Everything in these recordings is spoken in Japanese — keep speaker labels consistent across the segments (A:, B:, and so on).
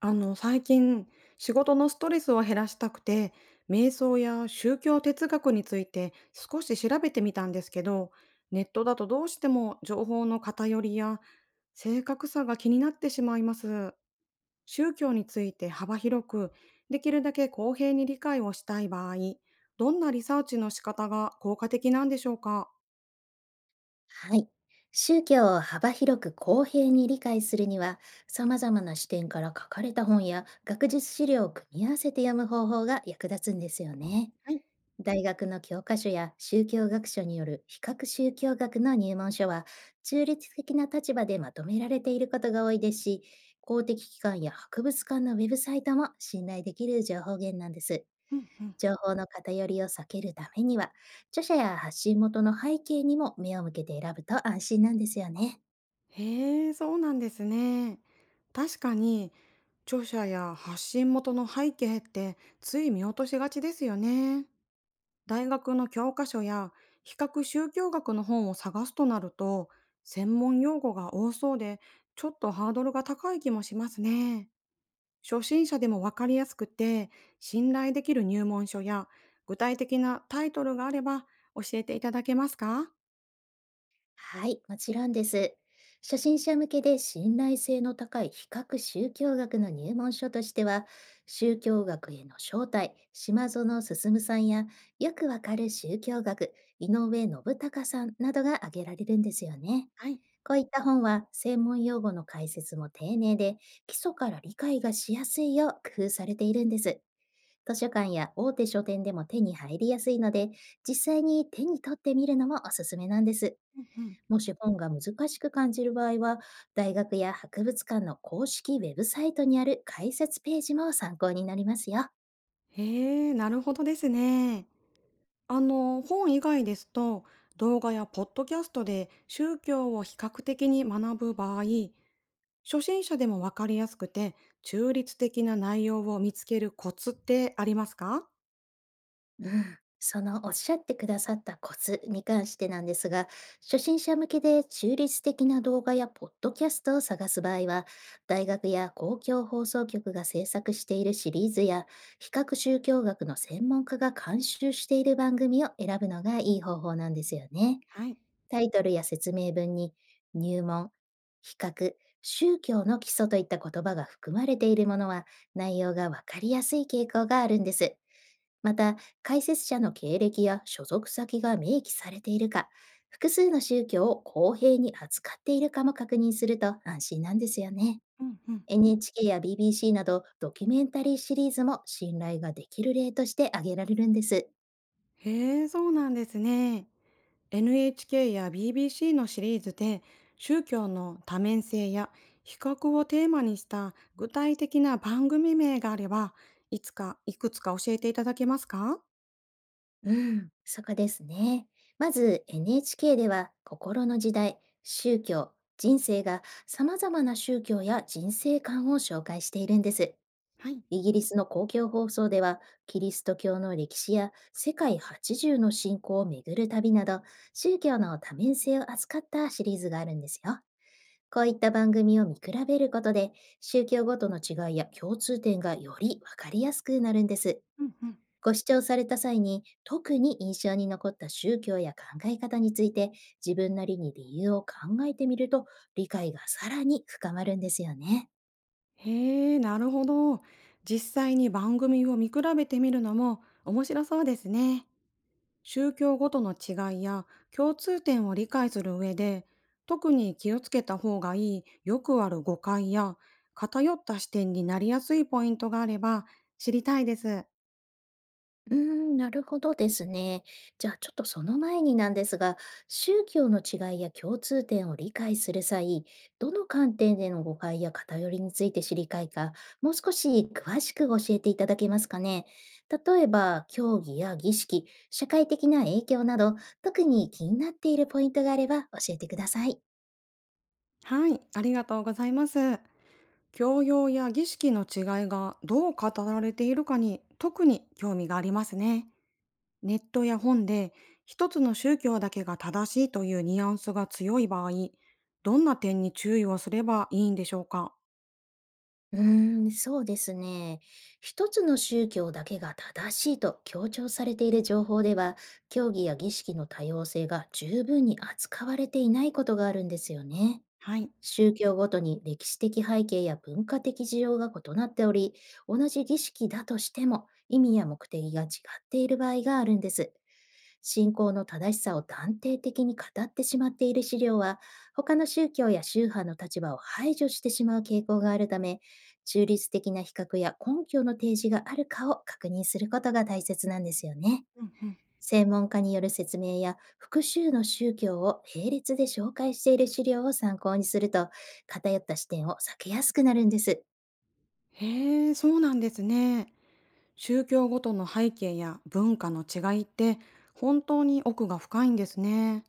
A: 最近、仕事のストレスを減らしたくて、瞑想や宗教哲学について少し調べてみたんですけど、ネットだとどうしても情報の偏りや正確さが気になってしまいます。宗教について幅広く、できるだけ公平に理解をしたい場合、どんなリサーチの仕方が効果的なんでしょうか？
B: はい。宗教を幅広く公平に理解するには、様々な視点から書かれた本や学術資料を組み合わせて読む方法が役立つんですよね。
A: はい、
B: 大学の教科書や宗教学書による比較宗教学の入門書は中立的な立場でまとめられていることが多いですし、公的機関や博物館のウェブサイトも信頼できる情報源なんです。
A: うんうん。
B: 情報の偏りを避けるためには、著者や発信元の背景にも目を向けて選ぶと安心なんですよね。
A: へえ、そうなんですね。確かに、著者や発信元の背景ってつい見落としがちですよね。大学の教科書や比較宗教学の本を探すとなると、専門用語が多そうで、ちょっとハードルが高い気もしますね。初心者でもわかりやすくて、信頼できる入門書や具体的なタイトルがあれば教えていただけますか？
B: はい、もちろんです。初心者向けで信頼性の高い比較宗教学の入門書としては、宗教学への招待、島園進さんや、よくわかる宗教学、井上信孝さんなどが挙げられるんですよね。
A: はい。
B: こういった本は専門用語の解説も丁寧で、基礎から理解がしやすいよう工夫されているんです。図書館や大手書店でも手に入りやすいので、実際に手に取ってみるのもおすすめなんです。
A: うんうん。
B: もし本が難しく感じる場合は、大学や博物館の公式ウェブサイトにある解説ページも参考になりますよ。
A: へえ、なるほどですね。本以外ですと、動画やポッドキャストで宗教を比較的に学ぶ場合、初心者でもわかりやすくて、中立的な内容を見つけるコツってありますか？
B: うん。そのおっしゃってくださったコツに関してなんですが、初心者向けで中立的な動画やポッドキャストを探す場合は、大学や公共放送局が制作しているシリーズや、比較宗教学の専門家が監修している番組を選ぶのがいい方法なんですよね。
A: はい。
B: タイトルや説明文に入門、比較、宗教の基礎といった言葉が含まれているものは、内容がわかりやすい傾向があるんです。また、解説者の経歴や所属先が明記されているか、複数の宗教を公平に扱っているかも確認すると安心なんですよね。
A: うんうん。
B: NHK や BBC などドキュメンタリーシリーズも信頼ができる例として挙げられるんです。
A: へえ、そうなんですね。NHK や BBC のシリーズで宗教の多面性や比較をテーマにした具体的な番組名があればいつかいくつか教えていただけますか？
B: うん、そこですね。まず NHK では心の時代、宗教、人生が様々な宗教や人生観を紹介しているんです。
A: はい。
B: イギリスの公共放送では、キリスト教の歴史や世界80の信仰を巡る旅など、宗教の多面性を扱ったシリーズがあるんですよ。こういった番組を見比べることで、宗教ごとの違いや共通点がよりわかりやすくなるんです。
A: うんうん。
B: ご視聴された際に特に印象に残った宗教や考え方について、自分なりに理由を考えてみると、理解がさらに深まるんですよね。
A: へえ、なるほど。実際に番組を見比べてみるのも面白そうですね。宗教ごとの違いや共通点を理解する上で特に気をつけた方がいいよくある誤解や偏った視点になりやすいポイントがあれば知りたいです。
B: うーん、なるほどですね。じゃあちょっとその前になんですが、宗教の違いや共通点を理解する際、どの観点での誤解や偏りについて知りたいか、もう少し詳しく教えていただけますかね。例えば、教義や儀式、社会的な影響など、特に気になっているポイントがあれば教えてください。
A: はい、ありがとうございます。教養や儀式の違いがどう語られているかに特に興味がありますね。ネットや本で一つの宗教だけが正しいというニュアンスが強い場合、どんな点に注意をすればいいんでしょうか。
B: うーん、そうですね。一つの宗教だけが正しいと強調されている情報では、教義や儀式の多様性が十分に扱われていないことがあるんですよね。
A: はい。
B: 宗教ごとに歴史的背景や文化的需要が異なっており、同じ儀式だとしても意味や目的が違っている場合があるんです。信仰の正しさを断定的に語ってしまっている資料は、他の宗教や宗派の立場を排除してしまう傾向があるため、中立的な比較や根拠の提示があるかを確認することが大切なんですよね。専門家による説明や複数の宗教を並列で紹介している資料を参考にすると、偏った視点を避けやすくなるんです。
A: へえ、そうなんですね。宗教ごとの背景や文化の違いって本当に奥が深いんですね。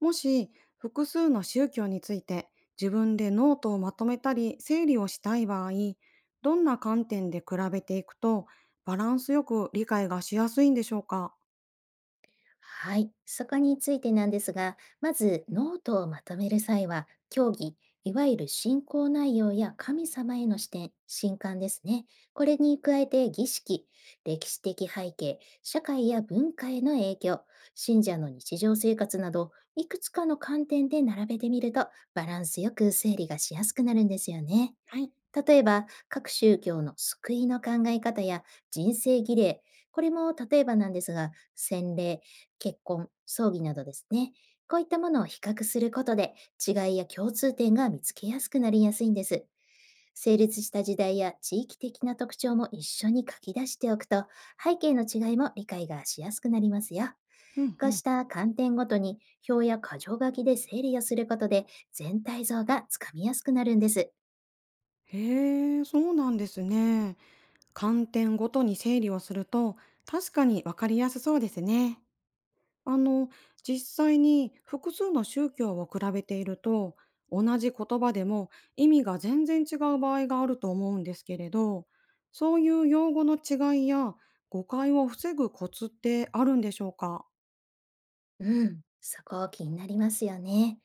A: もし複数の宗教について自分でノートをまとめたり整理をしたい場合、どんな観点で比べていくとバランスよく理解がしやすいんでしょうか？
B: はい、そこについてなんですが、まずノートをまとめる際は、教義、いわゆる信仰内容や神様への視点、信感ですね。これに加えて儀式、歴史的背景、社会や文化への影響、信者の日常生活など、いくつかの観点で並べてみると、バランスよく整理がしやすくなるんですよね。
A: はい。
B: 例えば、各宗教の救いの考え方や人生儀礼、これも例えばなんですが、洗礼、結婚、葬儀などですね。こういったものを比較することで、違いや共通点が見つけやすくなりやすいんです。成立した時代や地域的な特徴も一緒に書き出しておくと、背景の違いも理解がしやすくなりますよ。
A: うん
B: こ
A: う
B: う
A: ん。
B: した観点ごとに表や箇条書きで整理をすることで、全体像がつかみやすくなるんです。
A: へえ、そうなんですね。観点ごとに整理をすると確かにわかりやすそうですね。あの、実際に複数の宗教を比べていると、同じ言葉でも意味が全然違う場合があると思うんですけれど、そういう用語の違いや誤解を防ぐコツってあるんでしょうか？
B: うん、そこ気になりますよね。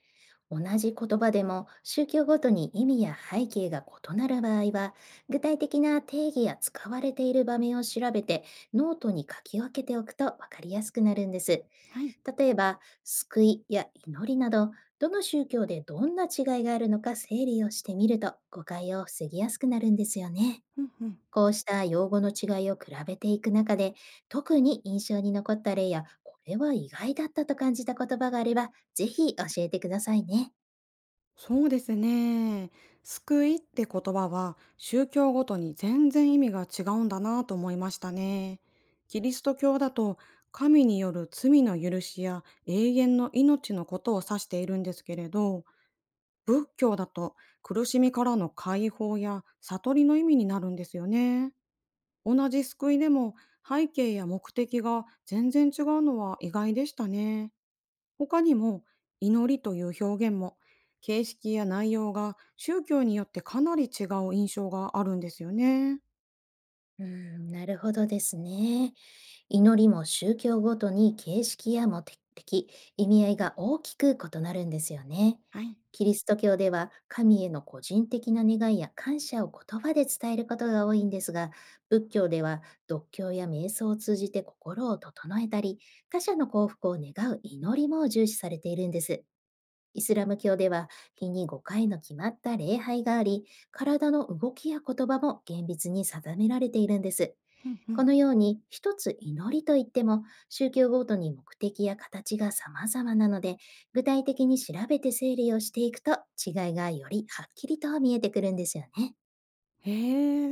B: 同じ言葉でも宗教ごとに意味や背景が異なる場合は、具体的な定義や使われている場面を調べて、ノートに書き分けておくと分かりやすくなるんです。
A: はい。
B: 例えば、救いや祈りなど、どの宗教でどんな違いがあるのか整理をしてみると、誤解を防ぎやすくなるんですよね。
A: うんうん。
B: こうした用語の違いを比べていく中で、特に印象に残った例や、これは意外だったと感じた言葉があれば、ぜひ教えてくださいね。
A: そうですね。救いって言葉は宗教ごとに全然意味が違うんだなと思いましたね。キリスト教だと神による罪の許しや永遠の命のことを指しているんですけれど、仏教だと苦しみからの解放や悟りの意味になるんですよね。同じ救いでも背景や目的が全然違うのは意外でしたね。他にも祈りという表現も形式や内容が宗教によってかなり違う印象があるんですよね。
B: うん、なるほどですね。祈りも宗教ごとに形式や目的、意味合いが大きく異なるんですよね。
A: はい。
B: キリスト教では神への個人的な願いや感謝を言葉で伝えることが多いんですが、仏教では読経や瞑想を通じて心を整えたり、他者の幸福を願う祈りも重視されているんです。イスラム教では、日に5回の決まった礼拝があり、体の動きや言葉も厳密に定められているんです。
A: うんう
B: こ
A: ん。
B: のように一つ祈りといっても、宗教ごとに目的や形が様々なので、具体的に調べて整理をしていくと、違いがよりはっきりと見えてくるんですよね。
A: へ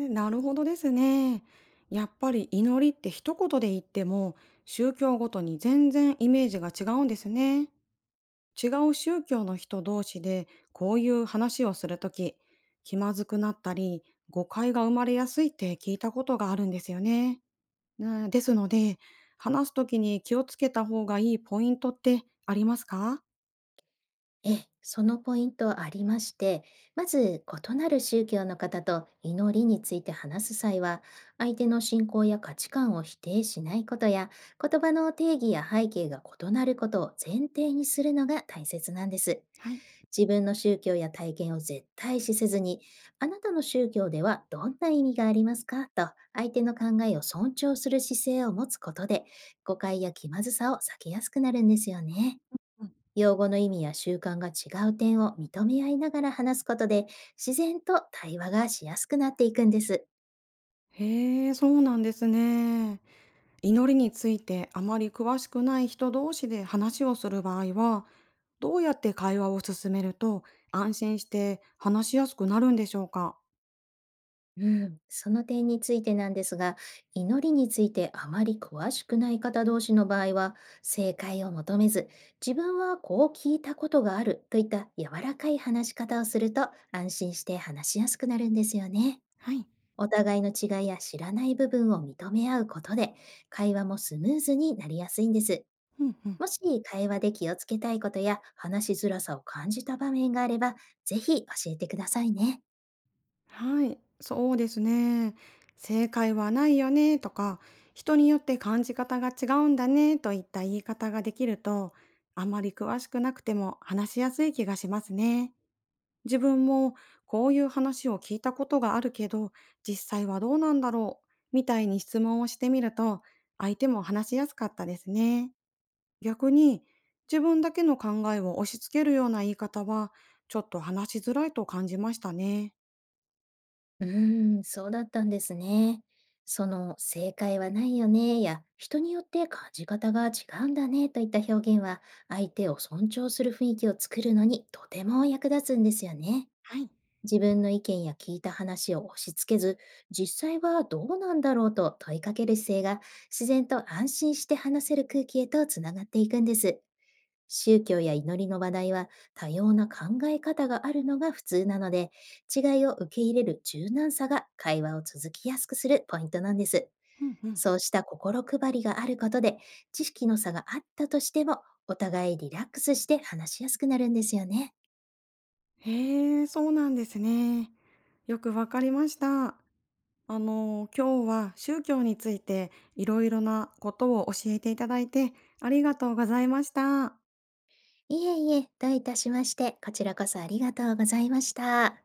A: え、なるほどですね。やっぱり祈りって一言で言っても宗教ごとに全然イメージが違うんですね。違う宗教の人同士でこういう話をするとき気まずくなったり誤解が生まれやすいって聞いたことがあるんですよね。ですので、話す時に気をつけた方がいいポイントってありますか？
B: ええ、そのポイントありまして、まず異なる宗教の方と祈りについて話す際は、相手の信仰や価値観を否定しないことや、言葉の定義や背景が異なることを前提にするのが大切なんです。
A: はい。
B: 自分の宗教や体験を絶対視せずに、あなたの宗教ではどんな意味がありますかと相手の考えを尊重する姿勢を持つことで、誤解や気まずさを避けやすくなるんですよね。用語の意味や習慣が違う点を認め合いながら話すことで、自然と対話がしやすくなっていくんです。
A: へえ、そうなんですね。祈りについてあまり詳しくない人同士で話をする場合は、どうやって会話を進めると安心して話しやすくなるんでしょうか？
B: うん。その点についてなんですが、祈りについてあまり詳しくない方同士の場合は、正解を求めず、自分はこう聞いたことがあるといった柔らかい話し方をすると、安心して話しやすくなるんですよね。
A: はい。
B: お互いの違いや知らない部分を認め合うことで、会話もスムーズになりやすいんです。
A: うんうん。
B: もし会話で気をつけたいことや話しづらさを感じた場面があれば、ぜひ教えてくださいね。
A: はい、そうですね。正解はないよねとか、人によって感じ方が違うんだねといった言い方ができると、あまり詳しくなくても話しやすい気がしますね。自分もこういう話を聞いたことがあるけど、実際はどうなんだろうみたいに質問をしてみると、相手も話しやすかったですね。逆に、自分だけの考えを押し付けるような言い方は、ちょっと話しづらいと感じましたね。
B: うーん、そうだったんですね。その正解はないよねや人によって感じ方が違うんだねといった表現は、相手を尊重する雰囲気を作るのにとても役立つんですよね。
A: はい。
B: 自分の意見や聞いた話を押し付けず、実際はどうなんだろうと問いかける姿勢が、自然と安心して話せる空気へとつながっていくんです。宗教や祈りの話題は、多様な考え方があるのが普通なので、違いを受け入れる柔軟さが会話を続きやすくするポイントなんです。
A: うんうん。
B: そうした心配りがあることで、知識の差があったとしても、お互いリラックスして話しやすくなるんですよね。
A: へえ、そうなんですね。よくわかりました。今日は宗教についていろいろなことを教えていただいてありがとうございました。
B: いえいえ、どういたしまして、こちらこそありがとうございました。